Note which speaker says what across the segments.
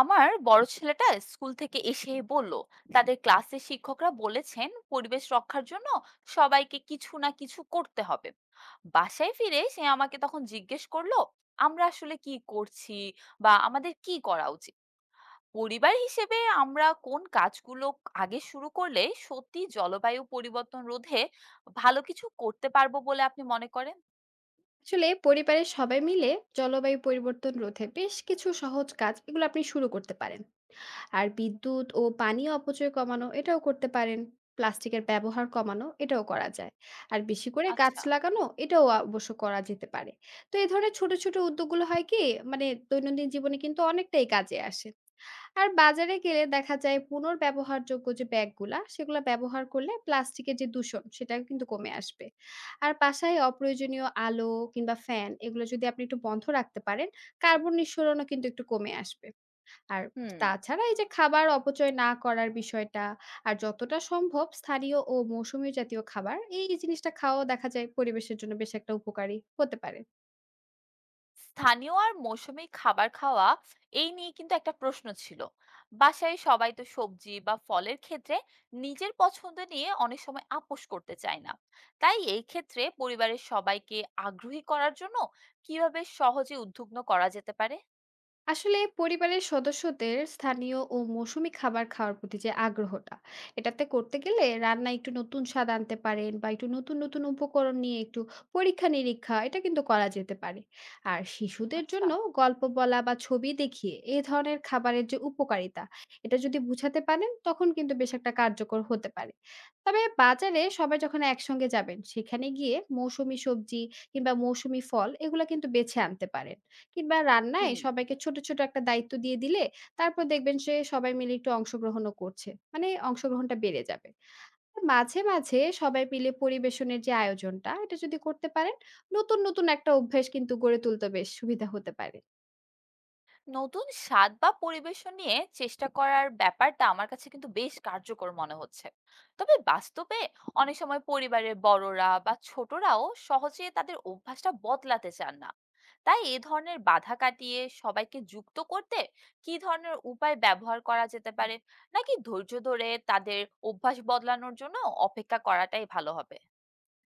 Speaker 1: আমার বড় ছেলেটা স্কুল থেকে এসে বলল তাদের ক্লাসের শিক্ষকরা বলেছেন পরিবেশ রক্ষার জন্য সবাইকে কিছু না কিছু করতে হবে। বাসায় ফিরে সে আমাকে তখন জিজ্ঞেস করলো আমরা আসলে কি করছি বা আমাদের কি করা উচিত, পরিবার হিসেবে আমরা কোন কাজগুলো আগে শুরু করলে সত্যি জলবায়ু পরিবর্তন রোধে ভালো কিছু করতে পারবো বলে আপনি মনে করেন?
Speaker 2: আসলে পরিবারের সবাই মিলে জলবায়ু পরিবর্তন রোধে বেশ কিছু সহজ কাজ এগুলো আপনি শুরু করতে পারেন। আর বিদ্যুৎ ও পানি অপচয় কমানো এটাও করতে পারেন, প্লাস্টিকের ব্যবহার কমানো এটাও করা যায়, আর বেশি করে গাছ
Speaker 1: আচ্ছা।
Speaker 2: লাগানো এটাও অবশ্য করা যেতে পারে। তো এই ধরনের ছোট ছোট উদ্যোগগুলো হয় কি মানে দৈনন্দিন জীবনে কিন্তু অনেকটাই কাজে আসে। আর বাজারে গেলে দেখা যায় পুনর্ব্যবহারযোগ্য যে ব্যাগগুলা সেগুলো ব্যবহার করলে প্লাস্টিকের যে দূষণ সেটা কিন্তু কমে আসবে। আর বাসায় অপ্রয়োজনীয় আলো কিংবা ফ্যান এগুলো যদি আপনি একটু বন্ধ রাখতে পারেন, কার্বন নিঃসরণও কিন্তু একটু কমে আসবে। আর
Speaker 1: হুম।
Speaker 2: তাছাড়া এই যে খাবার অপচয় না করার বিষয়টা, আর যতটা সম্ভব স্থানীয় ও মৌসুমী জাতীয় খাবার এই জিনিসটা খাওয়াও দেখা যায় পরিবেশের জন্য বেশ একটা উপকারী হতে পারে।
Speaker 1: স্থানীয় আর মৌসুমী খাবার খাওয়া, এই নিয়ে কিন্তু একটা প্রশ্ন ছিল। বাসায় সবাই তো সবজি বা ফলের ক্ষেত্রে নিজের পছন্দ নিয়ে অনেক সময় আপোষ করতে চায় না, তাই এই ক্ষেত্রে পরিবারের সবাইকে আগ্রহী করার জন্য কিভাবে সহজে উদ্বিগ্ন করা যেতে পারে?
Speaker 2: আসলে পরিবারের সদস্যদের স্থানীয় ও মৌসুমী খাবার খাওয়ার প্রতি যে আগ্রহটা এটাতে করতে গেলে রান্না একটু নতুন স্বাদ আনতে পারেন, বা একটু নতুন নতুন উপকরণ নিয়ে একটু পরীক্ষা নিরীক্ষা এটা কিন্তু করা যেতে পারে। আর শিশুদের
Speaker 1: আচ্ছা।
Speaker 2: জন্য গল্প বলা বা ছবি দেখিয়ে এই ধরনের খাবারের যে উপকারিতা এটা যদি বুঝাতে পারেন তখন কিন্তু বেশ একটা কার্যকর হতে পারে। তবে বাজারে সবাই যখন একসঙ্গে যাবেন সেখানে গিয়ে মৌসুমী সবজি কিংবা মৌসুমী ফল এগুলো কিন্তু বেছে আনতে পারেন, কিংবা রান্নায়
Speaker 1: হুম।
Speaker 2: সবাইকে ছোট, ছোট একটা দায়িত্ব দিয়ে দিলে তারপর দেখবেন সে সবাই মিলে একটু অংশগ্রহণও করছে। মানে অংশগ্রহণটা বেড়ে যাবে। মাঝে, মাঝে সবাই মিলে পরিবেশনের যে আয়োজনটা এটা যদি করতে পারেন, নতুন, নতুন একটা অভ্যাস কিন্তু গড়ে তুলতে বেশ সুবিধা হতে পারে।
Speaker 1: নতুন স্বাদ বা পরিবেশন নিয়ে চেষ্টা করার ব্যাপারটা আমার কাছে কিন্তু বেশ কার্যকর মনে হচ্ছে। তবে বাস্তবে অনেক সময় পরিবারের বড়রা বা ছোটরাও সহজে তাদের অভ্যাসটা বদলাতে চান না, তাই এ ধরনের বাধা কাটিয়ে সবাইকে যুক্ত করতে কি ধরনের উপায় ব্যবহার করা যেতে পারে, নাকি ধৈর্য ধরে তাদের অভ্যাস বদলানোর জন্য অপেক্ষা করাটাই ভালো হবে?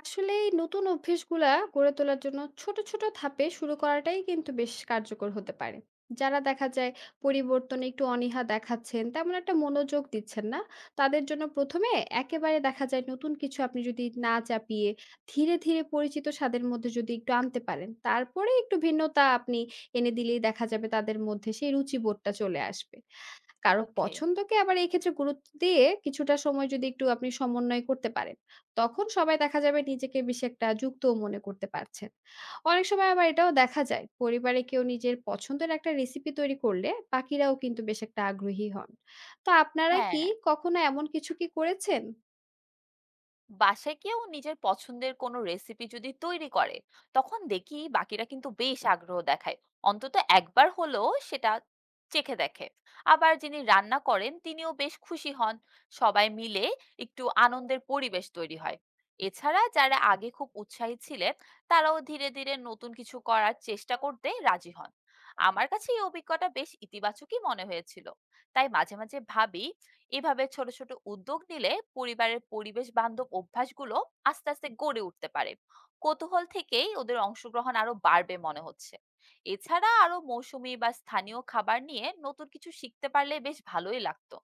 Speaker 2: আসলে এই নতুন অভ্যেসগুলা গড়ে তোলার জন্য ছোট ছোট ধাপে শুরু করাটাই কিন্তু বেশ কার্যকর হতে পারে। যারা দেখা যায় পরিবর্তনে একটু অনীহা দেখাচ্ছেন, তেমন একটা মনোযোগ দিচ্ছেন না, তাদের জন্য প্রথমে একেবারে দেখা যায় নতুন কিছু আপনি যদি না চাপিয়ে ধীরে ধীরে পরিচিত স্বাদের মধ্যে যদি একটু আনতে পারেন, তারপরে একটু ভিন্নতা আপনি এনে দিলেই দেখা যাবে তাদের মধ্যে সেই রুচিবোধটা চলে আসবে। কারো
Speaker 1: ওকে।
Speaker 2: পছন্দকে আবার এই ক্ষেত্রে গুরুত্ব দিয়ে কিছুটা সময় যদি একটু আপনি সমন্বয় করতে পারেন, তখন সবাই দেখা যাবে নিজেকে বেশ একটা যুক্তও মনে করতে পারছেন। অনেক সময় আবার এটাও দেখা যায়, পরিবারে কেউ নিজের পছন্দের একটা রেসিপি তৈরি করলে বাকিরাও কিন্তু বেশ একটা আগ্রহী হন। তো আপনারা
Speaker 1: হ্যাঁ।
Speaker 2: কি কখনো এমন কিছু কি করেছেন?
Speaker 1: বাসায় কেউ নিজের পছন্দের কোনো রেসিপি যদি তৈরি করে, তখন দেখি বাকিরা কিন্তু বেশ আগ্রহ দেখায়। অন্তত একবার হলেও সেটা চেখে দেখে। আবার যিনি রান্না করেন তিনিও বেশ খুশি হন। সবাই মিলে একটু আনন্দের পরিবেশ তৈরি হয়। এছাড়া যারা আগে খুব উৎসাহী ছিলেন, তারাও ধীরে, ধীরে নতুন কিছু করার চেষ্টা করতে রাজি হন। আমার কাছে এই অভিজ্ঞতা বেশ ইতিবাচকই মনে হয়েছিল। তাই মাঝে, মাঝে ভাবি এভাবে ছোট ছোট উদ্যোগ নিলে পরিবারের পরিবেশ বান্ধব অভ্যাসগুলো আস্তে আস্তে গড়ে উঠতে পারে। কৌতূহল থেকেই ওদের অংশগ্রহণ আরো বাড়বে মনে হচ্ছে। এছাড়া আরো মৌসুমী বা স্থানীয় খাবার নিয়ে নতুন কিছু শিখতে পারলে বেশ ভালোই লাগতো।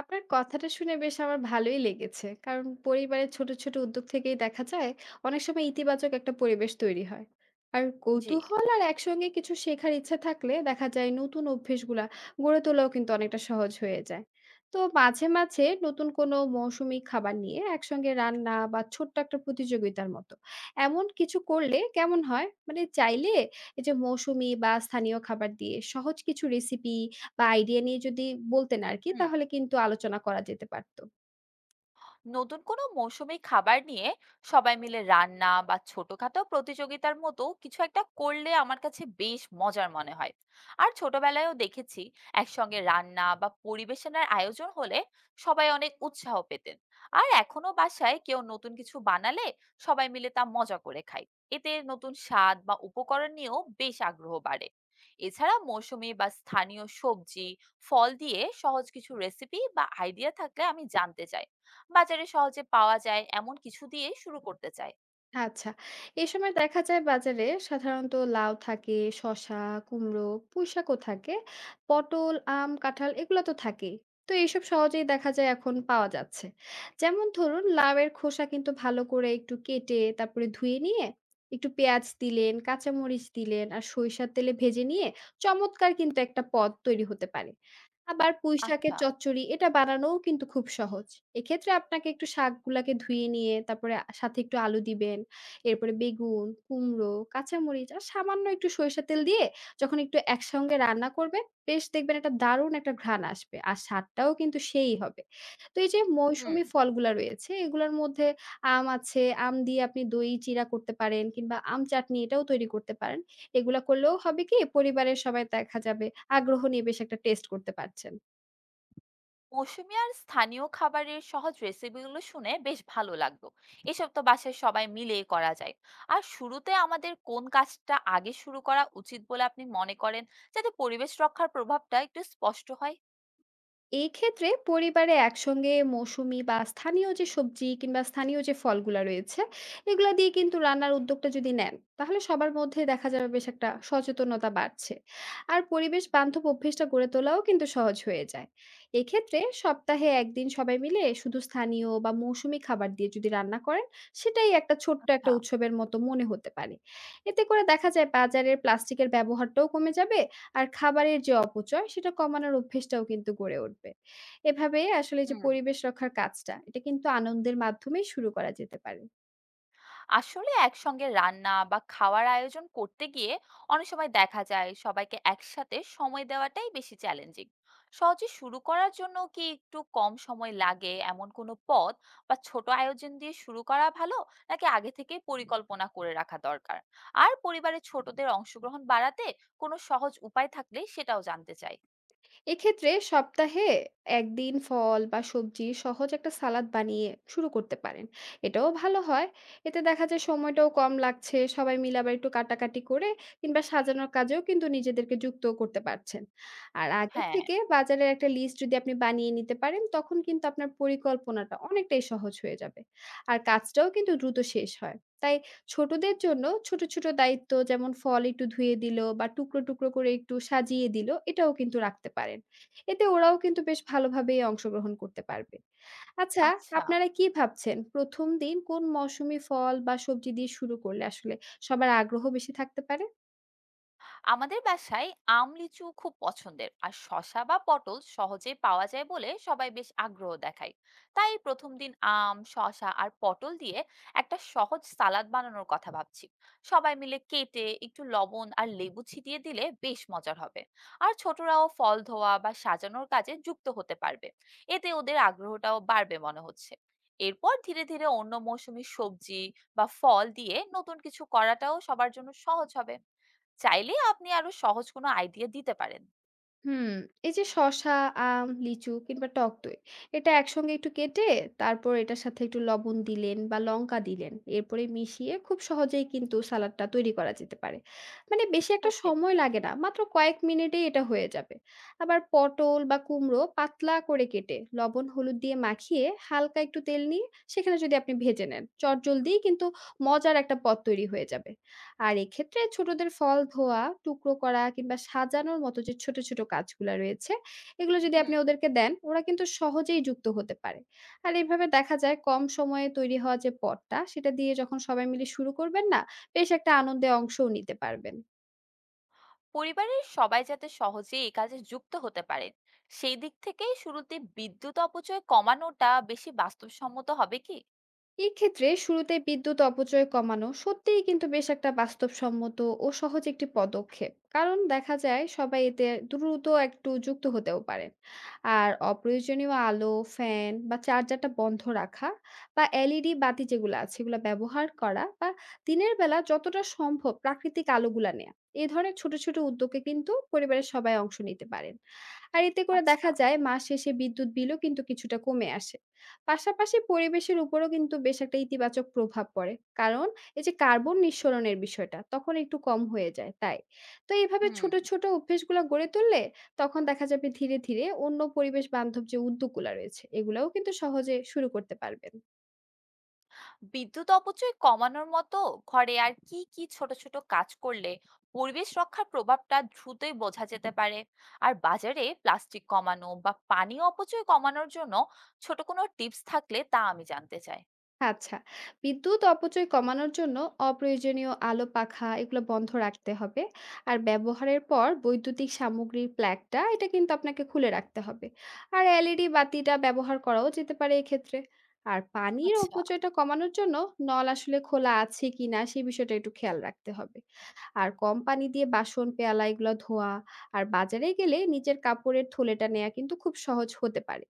Speaker 2: আপনার কথাটা শুনে বেশ আমার ভালোই লেগেছে। কারণ পরিবারের ছোট, ছোট উদ্যোগ থেকেই দেখা যায় অনেক সময় ইতিবাচক একটা পরিবেশ তৈরি হয়। আর
Speaker 1: জি।
Speaker 2: কৌতূহল আর একসঙ্গে কিছু শেখার ইচ্ছা থাকলে দেখা যায় নতুন অভ্যেসগুলা গড়ে তোলাও কিন্তু অনেকটা সহজ হয়ে যায়। তো মাঝে, মাঝে নতুন কোনো মৌসুমি খাবার নিয়ে একসঙ্গে রান্না বা ছোট্ট একটা প্রতিযোগিতার মতো এমন কিছু করলে কেমন হয়? মানে চাইলে এই যে মৌসুমি বা স্থানীয় খাবার দিয়ে সহজ কিছু রেসিপি বা আইডিয়া নিয়ে যদি বলতেন আরকি,
Speaker 1: হুম।
Speaker 2: তাহলে কিন্তু আলোচনা করা যেতে পারত।
Speaker 1: নতুন কোনো মৌসুমী খাবার নিয়ে সবাই মিলে রান্না বা ছোটখাটো প্রতিযোগিতার মতো কিছু একটা করলে আমার কাছে বেশ মজার মনে হয়। আর ছোটবেলায়ও দেখেছি একসঙ্গে রান্না বা পরিবেশনার আয়োজন হলে সবাই অনেক উৎসাহ পেতেন। আর এখনো বাসায় কেউ নতুন কিছু বানালে সবাই মিলে তা মজা করে খায়। এতে নতুন স্বাদ বা উপকরণ নিয়েও বেশ আগ্রহ বাড়ে। এছাড়া মৌসুমী বা স্থানীয় সবজি, ফল দিয়ে সহজ কিছু রেসিপি বা আইডিয়া থাকলে আমি জানতে চাই। বাজারে সহজে পাওয়া যায় এমন কিছু দিয়ে শুরু করতে চাই।
Speaker 2: আচ্ছা। এই সময় দেখা যায় বাজারে সাধারণত লাউ থাকে, শসা, কুমড়ো, পুঁইশাকও থাকে। পটল, আম, কাঁঠাল এগুলা তো থাকেই। তো এইসব সহজেই দেখা যায় এখন পাওয়া যাচ্ছে। যেমন ধরুন লাউয়ের খোসা কিন্তু ভালো করে একটু কেটে তারপরে ধুয়ে নিয়ে একটু পেঁয়াজ দিলেন, কাঁচামরিচ দিলেন, আর সরিষার তেলে ভেজে নিয়ে চমৎকার কিন্তু একটা পদ তৈরি হতে পারে। আবার পুঁইশাকের
Speaker 1: আচ্ছা।
Speaker 2: চচ্চড়ি এটা বানানোও কিন্তু খুব সহজ। এক্ষেত্রে আপনাকে একটু শাকগুলাকে ধুয়ে নিয়ে তারপরে সাথে একটু আলু দিবেন। এরপরে বেগুন, কুমড়ো, কাঁচামরিচ আর সামান্য একটু সরিষার তেল দিয়ে যখন একটু একসঙ্গে রান্না করবেন, বেশ দেখবেন একটা দারুণ একটা ঘ্রাণ আসবে। আর স্বাদটাও কিন্তু সেই হবে। তো এই যে
Speaker 1: হুম।
Speaker 2: মৌসুমি ফলগুলা রয়েছে, এগুলার মধ্যে আম আছে, আম দিয়ে আপনি দই চিড়া করতে পারেন, কিংবা আম চাটনি এটাও তৈরি করতে পারেন। এগুলা করলেও হবে কি পরিবারের সবাই দেখা যাবে আগ্রহ নিয়ে বেশ একটা টেস্ট করতে পারছেন।
Speaker 1: মৌসুমী আর স্থানীয় খাবারের সহজ রেসিপিগুলো শুনে বেশ ভালো লাগলো। এসব তো বাসায় সবাই মিলে করা যায়। আর শুরুতে আমাদের কোন কাজটা আগে শুরু করা উচিত বলে আপনি মনে করেন, যাতে পরিবেশ রক্ষার প্রভাবটা একটু স্পষ্ট হয়?
Speaker 2: এই ক্ষেত্রে পরিবারে একসঙ্গে মৌসুমী বা স্থানীয় যে সবজি কিংবা স্থানীয় যে ফলগুলা রয়েছে এগুলা দিয়ে কিন্তু রান্নার উদ্যোগটা যদি নেন, তাহলে সবার মধ্যে দেখা যাবে বেশ একটা সচেতনতা বাড়ছে। আর পরিবেশ বান্ধব অভ্যেসটা গড়ে তোলাও কিন্তু সহজ হয়ে যায়। এক্ষেত্রে সপ্তাহে একদিন সবাই মিলে শুধু স্থানীয় বা মৌসুমী খাবার দিয়ে যদি রান্না করেন, সেটাই একটা ছোট্ট
Speaker 1: আচ্ছা।
Speaker 2: একটা উৎসবের মতো মনে হতে পারে। এতে করে দেখা যায় বাজারের প্লাস্টিকের ব্যবহারটাও কমে যাবে। আর খাবারের যে অপচয় সেটা কমানোর অভ্যেসটাও কিন্তু গড়ে উঠবে। এভাবে আসলে যে
Speaker 1: হুম।
Speaker 2: পরিবেশ রক্ষার কাজটা, এটা কিন্তু আনন্দের মাধ্যমেই শুরু করা যেতে পারে।
Speaker 1: আসলে একসঙ্গে রান্না বা খাওয়ার আয়োজন করতে গিয়ে অনেক সময় দেখা যায় সবাইকে একসাথে সময় দেওয়াটাই বেশি চ্যালেঞ্জিং। সহজে শুরু করার জন্য কি একটু কম সময় লাগে এমন কোনো পথ বা ছোট আয়োজন দিয়ে শুরু করা ভালো, নাকি আগে থেকেই পরিকল্পনা করে রাখা দরকার? আর পরিবারের ছোটদের অংশগ্রহণ বাড়াতে কোনো সহজ উপায় থাকলে সেটাও জানতে চাই।
Speaker 2: এক্ষেত্রে সপ্তাহে একদিন ফল বা সবজি সহজ একটা সালাদ বানিয়ে শুরু করতে পারেন, এটাও ভালো হয়। এতে দেখা যায় সময়টাও কম লাগছে, সবাই মিলে আবার একটু কাটাকাটি করে কিংবা সাজানোর কাজেও কিন্তু নিজেদেরকে যুক্ত করতে পারছেন। আর আগে
Speaker 1: হ্যাঁ।
Speaker 2: থেকে বাজারের একটা লিস্ট যদি আপনি বানিয়ে নিতে পারেন, তখন কিন্তু আপনার পরিকল্পনাটা অনেকটাই সহজ হয়ে যাবে। আর কাজটাও কিন্তু দ্রুত শেষ হয়। তাই ছোটদের জন্য ছোট, ছোট দায়িত্ব যেমন ফল একটু ধুয়ে দিল বা টুকরো, টুকরো করে একটু সাজিয়ে দিল এটাও কিন্তু রাখতে পারেন। এতে ওরাও কিন্তু বেশ ভালোভাবেই অংশগ্রহণ করতে পারবে। আচ্ছা,
Speaker 1: আচ্ছা।
Speaker 2: আপনারা কি ভাবছেন ১ম দিন কোন মৌসুমি ফল বা সবজি দিয়ে শুরু করলে আসলে সবার আগ্রহ বেশি থাকতে পারে?
Speaker 1: আমাদের বাসায় আম লিচু খুব পছন্দের, আর শসা বা পটল সহজে পাওয়া যায় বলে সবাই বেশ আগ্রহ দেখায়। তাই প্রথম দিন আম, শসা আর পটল দিয়ে একটা সহজ সালাদ বানানোর কথা ভাবছি। সবাই মিলে কেটে একটু লবণ আর লেবু ছিটিয়ে দিলে বেশ মজার হবে। আর ছোটরাও ফল ধোয়া বা সাজানোর কাজে যুক্ত হতে পারবে। এতে ওদের আগ্রহটাও বাড়বে মনে হচ্ছে। এরপর ধীরে ধীরে অন্য মৌসুমী সবজি বা ফল দিয়ে নতুন কিছু করাটাও সবার জন্য সহজ হবে। চাইলে আপনি আরো সহজ কোনো আইডিয়া দিতে পারেন।
Speaker 2: হুম, এই যে শসা, আম, লিচু কিংবা টক দই এটা একসঙ্গে একটু কেটে তারপর এটার সাথে একটু লবণ দিলেন বা লঙ্কা দিলেন, এরপরে মিশিয়ে খুব সহজেই কিন্তু সালাডটা তৈরি করা যেতে পারে। মানে বেশি একটা
Speaker 1: ওকে।
Speaker 2: সময় লাগে না, মাত্র কয়েক মিনিটেই এটা হয়ে যাবে। আবার পটল বা কুমড়ো পাতলা করে কেটে লবণ হলুদ দিয়ে মাখিয়ে হালকা একটু তেল নিয়ে সেখানে যদি আপনি ভেজে নেন, চটজলদি কিন্তু মজার একটা পদ তৈরি হয়ে যাবে। আর এক্ষেত্রে ছোটদের ফল ধোয়া, টুকরো করা কিংবা সাজানোর মতো যে ছোট, ছোট কাজগুলা রয়েছে, এগুলো যদি
Speaker 1: হুম।
Speaker 2: আপনি ওদেরকে দেন, ওরা কিন্তু সহজেই যুক্ত হতে পারে। আর এভাবে দেখা যায় কম সময়ে তৈরি হওয়া যে পথটা, সেটা দিয়ে যখন সবাই মিলে শুরু করবেন না, বেশ একটা আনন্দে অংশও নিতে পারবেন।
Speaker 1: পরিবারের সবাই যাতে সহজে এই কাজে যুক্ত হতে পারেন, সেই দিক থেকে শুরুতে বিদ্যুৎ অপচয় কমানোটা বেশি বাস্তবসম্মত হবে কি?
Speaker 2: এক্ষেত্রে শুরুতে বিদ্যুৎ অপচয় কমানো সত্যিই কিন্তু বেশ একটা বাস্তবসম্মত ও সহজ একটি পদক্ষেপ, কারণ দেখা যায় সবাই এতে দ্রুত একটু যুক্ত হতেও পারেন। আর অপ্রয়োজনীয় আলো, ফ্যান বা চার্জারটা বন্ধ রাখা, বা এলইডি বাতি যেগুলো আছে এগুলো ব্যবহার করা, বা দিনের বেলা যতটা সম্ভব প্রাকৃতিক আলোগুলা নেওয়া, এই ধরনের ছোট ছোট উদ্যোগে কিন্তু পরিবারের সবাই অংশ নিতে পারেন। আর এতে করে
Speaker 1: আচ্ছা।
Speaker 2: দেখা যায় মাস শেষে বিদ্যুৎ বিলও কিন্তু কিছুটা কমে আসে। পাশাপাশি পরিবেশের উপরও কিন্তু বেশ একটা ইতিবাচক প্রভাব পড়ে, কারণ এই যে কার্বন নিঃসরণের বিষয়টা তখন একটু কম হয়ে যায়। তাই তো এইভাবে
Speaker 1: হুম।
Speaker 2: ছোট ছোট অভ্যেসগুলো গড়ে তুললে তখন দেখা যাবে ধীরে ধীরে অন্য পরিবেশ বান্ধব যে উদ্যোগগুলো রয়েছে এগুলোও কিন্তু সহজে শুরু করতে পারবেন।
Speaker 1: বিদ্যুৎ অপচয় কমানোর মতো ঘরে আর কি কি ছোট ছোট কাজ করলে পরিবেশ রক্ষার প্রভাবটা দ্রুতই বোঝা যেতে পারে? আর বাজারে প্লাস্টিক কমানো বা পানি অপচয় কমানোর জন্য ছোট কোনো টিপস থাকলে তা আমি জানতে চাই।
Speaker 2: আচ্ছা, বিদ্যুৎ অপচয় কমানোর জন্য অপ্রয়োজনীয় আলো, পাখা এগুলো বন্ধ রাখতে হবে। আর ব্যবহারের পর বৈদ্যুতিক সামগ্রীর প্লাগটা এটা কিন্তু আপনাকে খুলে রাখতে হবে। আর এলইডি বাতিটা ব্যবহার করাও যেতে পারে এক্ষেত্রে। আর পানির
Speaker 1: আচ্ছা।
Speaker 2: অপচয়টা কমানোর জন্য নল আসলে খোলা আছে কিনা সেই বিষয়টা একটু খেয়াল রাখতে হবে। আর কম পানি দিয়ে বাসন, পেয়ালা এগুলো ধোয়া, আর বাজারে গেলে নিজের কাপড়ের থলেটা নেয়া কিন্তু খুব সহজ হতে পারে।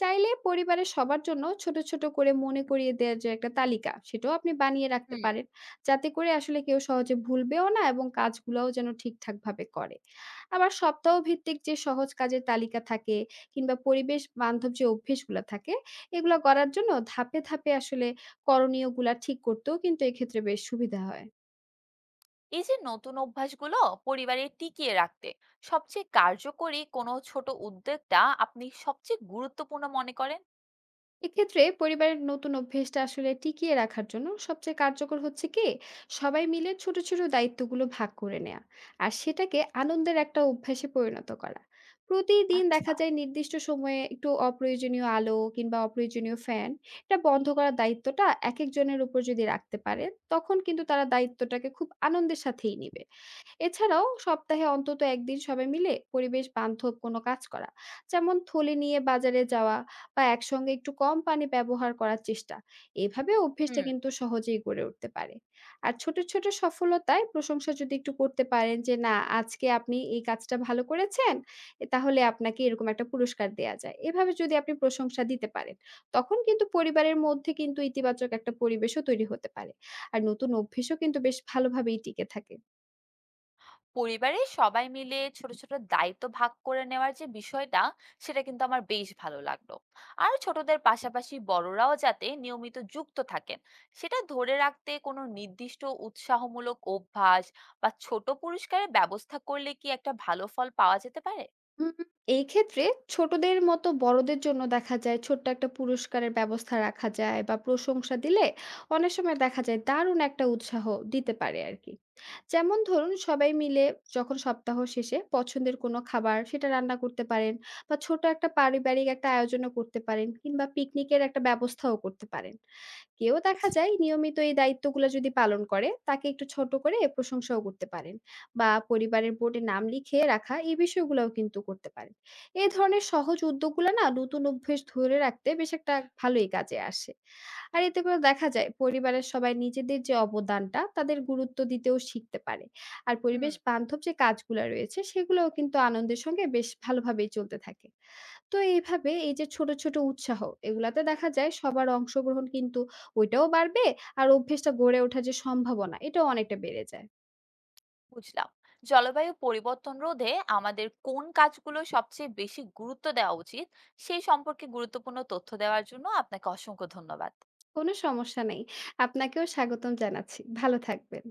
Speaker 2: চাইলে পরিবারের সবার জন্য ছোট, ছোট করে মনে করিয়ে দেওয়ার যে একটা তালিকা, সেটাও আপনি বানিয়ে রাখতে
Speaker 1: হুম।
Speaker 2: পারেন। যাতে করে আসলে কেউ সহজে ভুলবেও না এবং কাজগুলাও যেন ঠিকঠাকভাবে করে। আবার সপ্তাহ ভিত্তিক যে সহজ কাজের তালিকা থাকে কিংবা পরিবেশ বান্ধব যে অভ্যেসগুলা থাকে, এগুলা করার জন্য ধাপে, ধাপে আসলে করণীয়গুলা ঠিক করতেও কিন্তু এক্ষেত্রে বেশ সুবিধা হয়।
Speaker 1: এই যে নতুন অভ্যাসগুলো পরিবারে টিকিয়ে রাখতে সবচেয়ে কার্যকরী কোনো ছোট উদ্যোগটা আপনি সবচেয়ে গুরুত্বপূর্ণ মনে করেন?
Speaker 2: এক্ষেত্রে পরিবারের নতুন অভ্যেসটা আসলে টিকিয়ে রাখার জন্য সবচেয়ে কার্যকর হচ্ছে কি সবাই মিলে ছোট ছোট দায়িত্বগুলো ভাগ করে নেওয়া আর সেটাকে আনন্দের একটা অভ্যাসে পরিণত করা। প্রতিদিন
Speaker 1: আচ্ছা।
Speaker 2: দেখা যায় নির্দিষ্ট সময়ে একটু অপ্রয়োজনীয় আলো কিংবা অপ্রয়োজনীয় ফ্যান এটা বন্ধ করার দায়িত্বটা এক একজনের উপর যদি রাখতে পারে, তখন কিন্তু তারা দায়িত্বটাকে খুব আনন্দের সাথেই নেবে। এছাড়াও সপ্তাহে অন্তত একদিন সবাই মিলে পরিবেশ বান্ধব কোনো কাজ করা, যেমন থলি নিয়ে বাজারে যাওয়া বা একসঙ্গে একটু কম পানি ব্যবহার করার চেষ্টা, এভাবে অভ্যেসটা
Speaker 1: হুম।
Speaker 2: কিন্তু সহজেই গড়ে উঠতে পারে। আর ছোট ছোট সফলতায় প্রশংসা যদি একটু করতে পারেন, যে না আজকে আপনি এই কাজটা ভালো করেছেন, এ তাহলে আপনাকে এরকম একটা পুরস্কার দেয়া যায়, এভাবে যদি আপনি প্রশংসা দিতে পারেন তখন কিন্তু পরিবারের মধ্যে কিন্তু ইতিবাচক একটা পরিবেশও তৈরি হতে পারে। আর নতুন অভ্যেসও কিন্তু বেশ ভালোভাবেই টিকে থাকে।
Speaker 1: পরিবারে সবাই মিলে ছোট ছোট দায়িত্ব ভাগ করে নেওয়ার যে বিষয়টা, সেটা কিন্তু আমার বেশ ভালো লাগলো। আর ছোটদের পাশাপাশি বড়রাও যাতে নিয়মিত যুক্ত থাকেন সেটা ধরে রাখতে কোনো নির্দিষ্ট উৎসাহমূলক অভ্যাস বা ছোট পুরস্কারের ব্যবস্থা করলে কি একটা ভালো ফল পাওয়া যেতে পারে?
Speaker 2: উম এই ক্ষেত্রে ছোটদের মতো বড়দের জন্য দেখা যায় ছোট্ট একটা পুরস্কারের ব্যবস্থা রাখা যায় বা প্রশংসা দিলে অনেক সময় দেখা যায় দারুণ একটা উৎসাহ দিতে পারে আর কি। যেমন ধরুন সবাই মিলে যখন সপ্তাহ শেষে পছন্দের কোনো খাবার সেটা রান্না করতে পারেন, বা ছোট একটা পারিবারিক একটা আয়োজনও করতে পারেন, কিংবা পিকনিকের একটা ব্যবস্থাও করতে পারেন। কেউ দেখা
Speaker 1: আচ্ছা।
Speaker 2: যায় নিয়মিত এই দায়িত্বগুলো যদি পালন করে তাকে একটু ছোট করে প্রশংসাও করতে পারেন, বা পরিবারের বোর্ডে নাম লিখিয়ে রাখা, এই বিষয়গুলোও কিন্তু করতে পারেন। এই ধরনের সহজ উদ্যোগগুলো না নতুন অভ্যেস ধরে রাখতে বেশ একটা ভালোই কাজে আসে। আর এতে করে দেখা যায় পরিবারের সবাই নিজেদের যে অবদানটা তাদের গুরুত্ব দিতেও শিখতে পারে। আর
Speaker 1: হুম।
Speaker 2: পরিবেশ বান্ধব যে কাজগুলো রয়েছে সেগুলোও কিন্তু আনন্দের সঙ্গে বেশ ভালোভাবেই চলতে থাকে। তো এইভাবে এই যে ছোট, ছোট উৎসাহ এগুলাতে দেখা যায় সবার অংশগ্রহণ কিন্তু ওইটাও বাড়বে, আর অভ্যেসটা গড়ে ওঠার যে সম্ভাবনা এটাও অনেকটা বেড়ে যায়।
Speaker 1: বুঝলাম। জলবায়ু পরিবর্তন রোধে আমাদের কোন কাজগুলো সবচেয়ে বেশি গুরুত্ব দেওয়া উচিত সেই সম্পর্কে গুরুত্বপূর্ণ তথ্য দেওয়ার জন্য আপনাকে অসংখ্য ধন্যবাদ।
Speaker 2: কোনো সমস্যা নেই। আপনাকেও স্বাগতম জানাচ্ছি। ভালো থাকবেন।